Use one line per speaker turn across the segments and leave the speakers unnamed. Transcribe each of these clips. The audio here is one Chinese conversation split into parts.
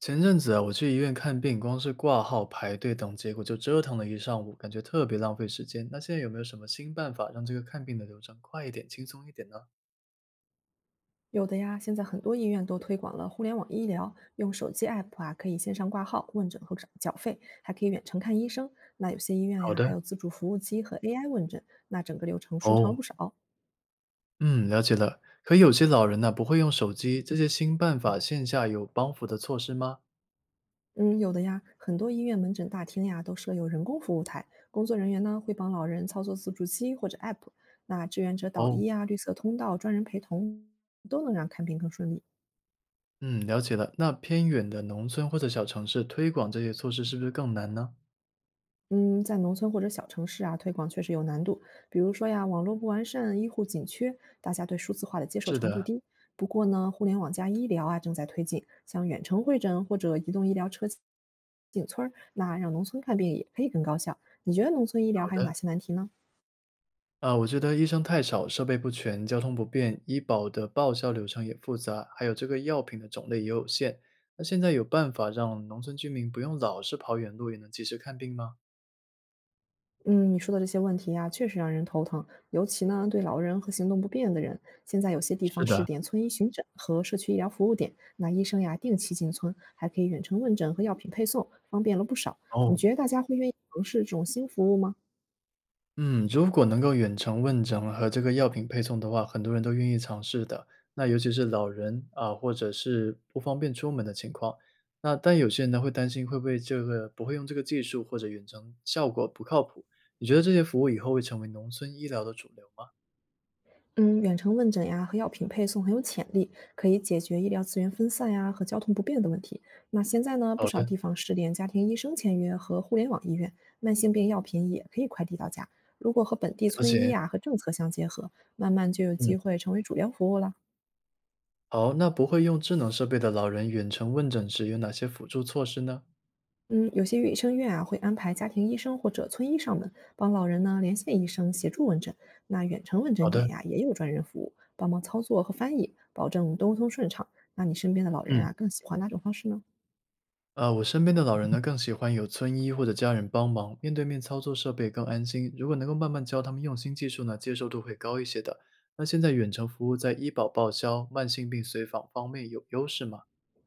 前阵子啊，我去医院看病，光是挂号、排队等结果就折腾了一上午，感觉特别浪费时间。那现在有没有什么新办法让这个看病的流程快一点、轻松一点呢？
有的呀，现在很多医院都推广了互联网医疗，用手机 app 啊，可以线上挂号、问诊和缴费，还可以远程看医生。那有些医院
好
呀，
的。
还有自助服务机和 AI 问诊，那整个流程顺畅了
哦。
不少。
嗯，了解了。可有些老人呢、不会用手机，这些新办法线下有帮扶的措施吗？
嗯，有的呀，很多医院门诊大厅呀都设有人工服务台，工作人员呢会帮老人操作自助机或者 app，那志愿者导
哦。
医啊、绿色通道、专人陪同都能让看病更顺利。
嗯，了解了。那偏远的农村或者小城市推广这些措施是不是更难呢？
嗯，在农村或者小城市啊，推广确实有难度。比如说呀，网络不完善，医护紧缺，大家对数字化的接受
是
程度
的。
低。不过呢，互联网加医疗啊正在推进，像远程会诊或者移动医疗车进村儿，那让农村看病也可以更高效。你觉得农村医疗
好
还有
的。
哪些难题呢？
啊，我觉得医生太少，设备不全，交通不便，医保的报销流程也复杂，还有这个药品的种类也有限。那现在有办法让农村居民不用老是跑远路也能及时看病吗？
嗯，你说的这些问题呀，确实让人头疼，尤其呢，对老人和行动不便的人，现在有些地
是
方试
的。
点村医巡诊和社区医疗服务点，那医生呀定期进村，还可以远程问诊和药品配送，方便了不少。你
哦。
觉得大家会愿意尝试这种新服务吗？
嗯，如果能够远程问诊和这个药品配送的话，很多人都愿意尝试的。那尤其是老人啊，或者是不方便出门的情况，那但有些人呢会担心会不会这个不会用这个技术或者远程效果不靠谱。你觉得这些服务以后会成为农村医疗的主流吗？
嗯，远程问诊呀和药品配送很有潜力，可以解决医疗资源分散呀和交通不便的问题。那现在呢，不
好
少
的。
地方试点家庭医生签约和互联网医院，慢性病药品也可以快递到家。如果和本地
了
村医
解。
呀和政策相结合，慢慢就有
嗯，
机会成为主流服务了。
好，那不会用智能设备的老人远程问诊时有哪些辅助措施呢？
嗯，有些医生院啊会安排家庭医生或者村医上门，帮老人呢连线医生协助问诊。那远程问
好
诊点
的。
呀也有专人服务，帮忙操作和翻译，保证沟通顺畅。那你身边的老人
嗯。
啊更喜欢哪种方式呢？
啊，我身边的老人呢更喜欢有村医或者家人帮忙，面对面操作设备更安心。如果能够慢慢教他们用新技术呢，接受度会高一些的。那现在远程服务在医保报销、慢性病随访方面有优势吗？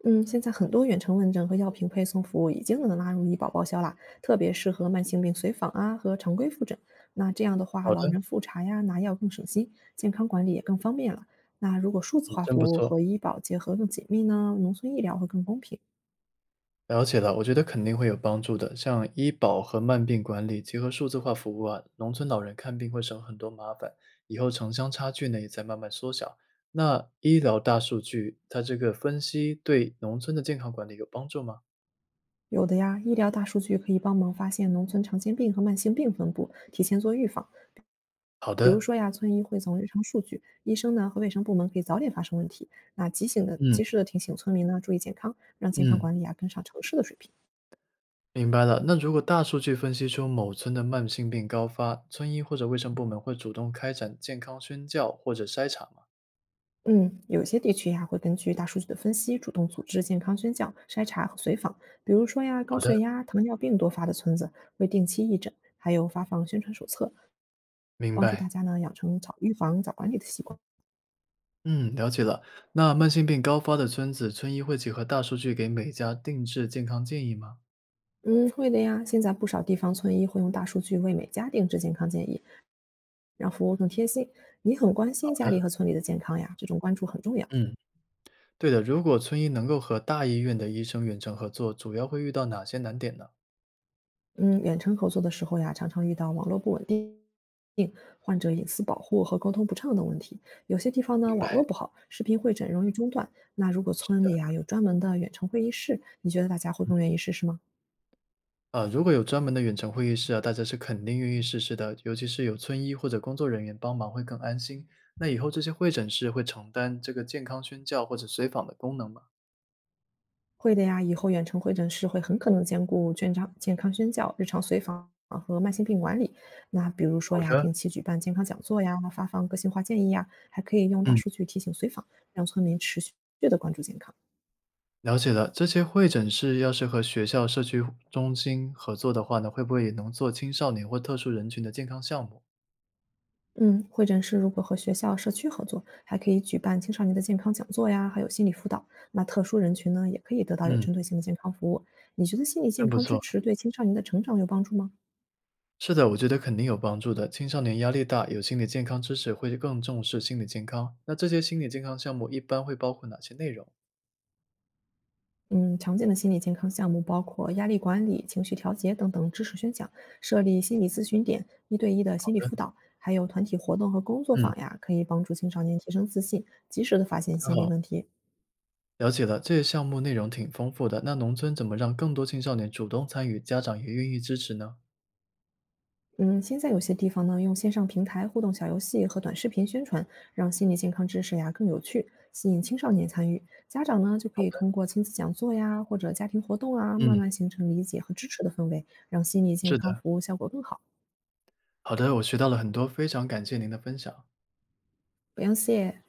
嗯，现在很多远程问诊和药品配送服务已经能纳入医保报销啦，特别适合慢性病随访啊和常规复诊。那这样的话，
好
老
的。
人复查呀、拿药更省心，健康管理也更方便了。那如果数字
嗯，
化
真不
服务
错。
和医保结合更紧密呢，农村医疗会更公平。
了解了，我觉得肯定会有帮助的。像医保和慢病管理结合数字化服务啊，农村老人看病会省很多麻烦，以后城乡差距呢也在慢慢缩小。那医疗大数据它这个分析对农村的健康管理有帮助吗？
有的呀，医疗大数据可以帮忙发现农村常见病和慢性病分布，提前做预防。
好
比如
的。
说呀，村医会从日常数据、医生呢和卫生部门可以早点发生问题，那提醒的
嗯
及时的提醒村民呢注意健康，让健康
嗯，
管理啊跟上城市的水平。
明白了。那如果大数据分析出某村的慢性病高发，村医或者卫生部门会主动开展健康宣教或者筛查吗？
嗯，有些地区呀会根据大数据的分析，主动组织健康宣教、筛查和随访。比如说呀，
好
高
的。
血压、糖尿病多发的村子会定期义诊，还有发放宣传手册，
明
帮助大
白。
家呢养成早预防、早管理的习惯。
嗯，了解了。那慢性病高发的村子，村医会结合大数据给每家定制健康建议吗？
嗯，会的呀。现在不少地方村医会用大数据为每家定制健康建议，让服务更贴心。你很关心家里和村里的健康呀，这种关注很重要。
嗯，对的，如果村医能够和大医院的医生远程合作，主要会遇到哪些难点呢？
嗯，远程合作的时候呀，常常遇到网络不稳定、患者隐私保护和沟通不畅等问题。有些地方呢，
明
网
白。
络不好，视频会诊容易中断。那如果村里啊有专门的远程会议室，你觉得大家会
嗯，
更愿意试试吗？
啊，如果有专门的远程会议室啊，大家是肯定愿意试试的，尤其是有村医或者工作人员帮忙会更安心。那以后这些会诊室会承担这个健康宣教或者随访的功能吗？
会的呀，以后远程会诊室会很可能兼顾健康宣教、日常随访和慢性病管理。那比如
好
说呀，
的。
定期举办健康讲座呀，发放个性化建议呀，还可以用大
嗯。
数据提醒随访，让村民持续的关注健康。
了解了，这些会诊室要是和学校、社区中心合作的话呢，会不会也能做青少年或特殊人群的健康项目？
嗯，会诊室如果和学校、社区合作，还可以举办青少年的健康讲座呀，还有心理辅导。那特殊人群呢，也可以得到有
嗯，
针对性的健康服务。你觉得心理健
真不
康支
错。
持对青少年的成长有帮助吗？
是的，我觉得肯定有帮助的。青少年压力大，有心理健康知识会更重视心理健康。那这些心理健康项目一般会包括哪些内容？
嗯，常见的心理健康项目包括压力管理、情绪调节等等知识宣讲，设立心理咨询点、一对一的心理辅导，还有团体活动和工作
嗯，
坊呀，可以帮助青少年提升自信，及时的发现
真
心理
好，
问题。
了解了。这些项目内容挺丰富的。那农村怎么让更多青少年主动参与，家长也愿意支持呢？
嗯，现在有些地方呢，用线上平台互动小游戏和短视频宣传，让心理健康知识呀更有趣，吸引青少年参与。家长呢，就可
好
以通
的。
过亲子讲座呀，或者家庭活动啊，慢
嗯。
慢形成理解和支持的氛围，让心理健
是
康
的。
服务效果更好。
好的，我学到了很多，非常感谢您的分享。
不用谢。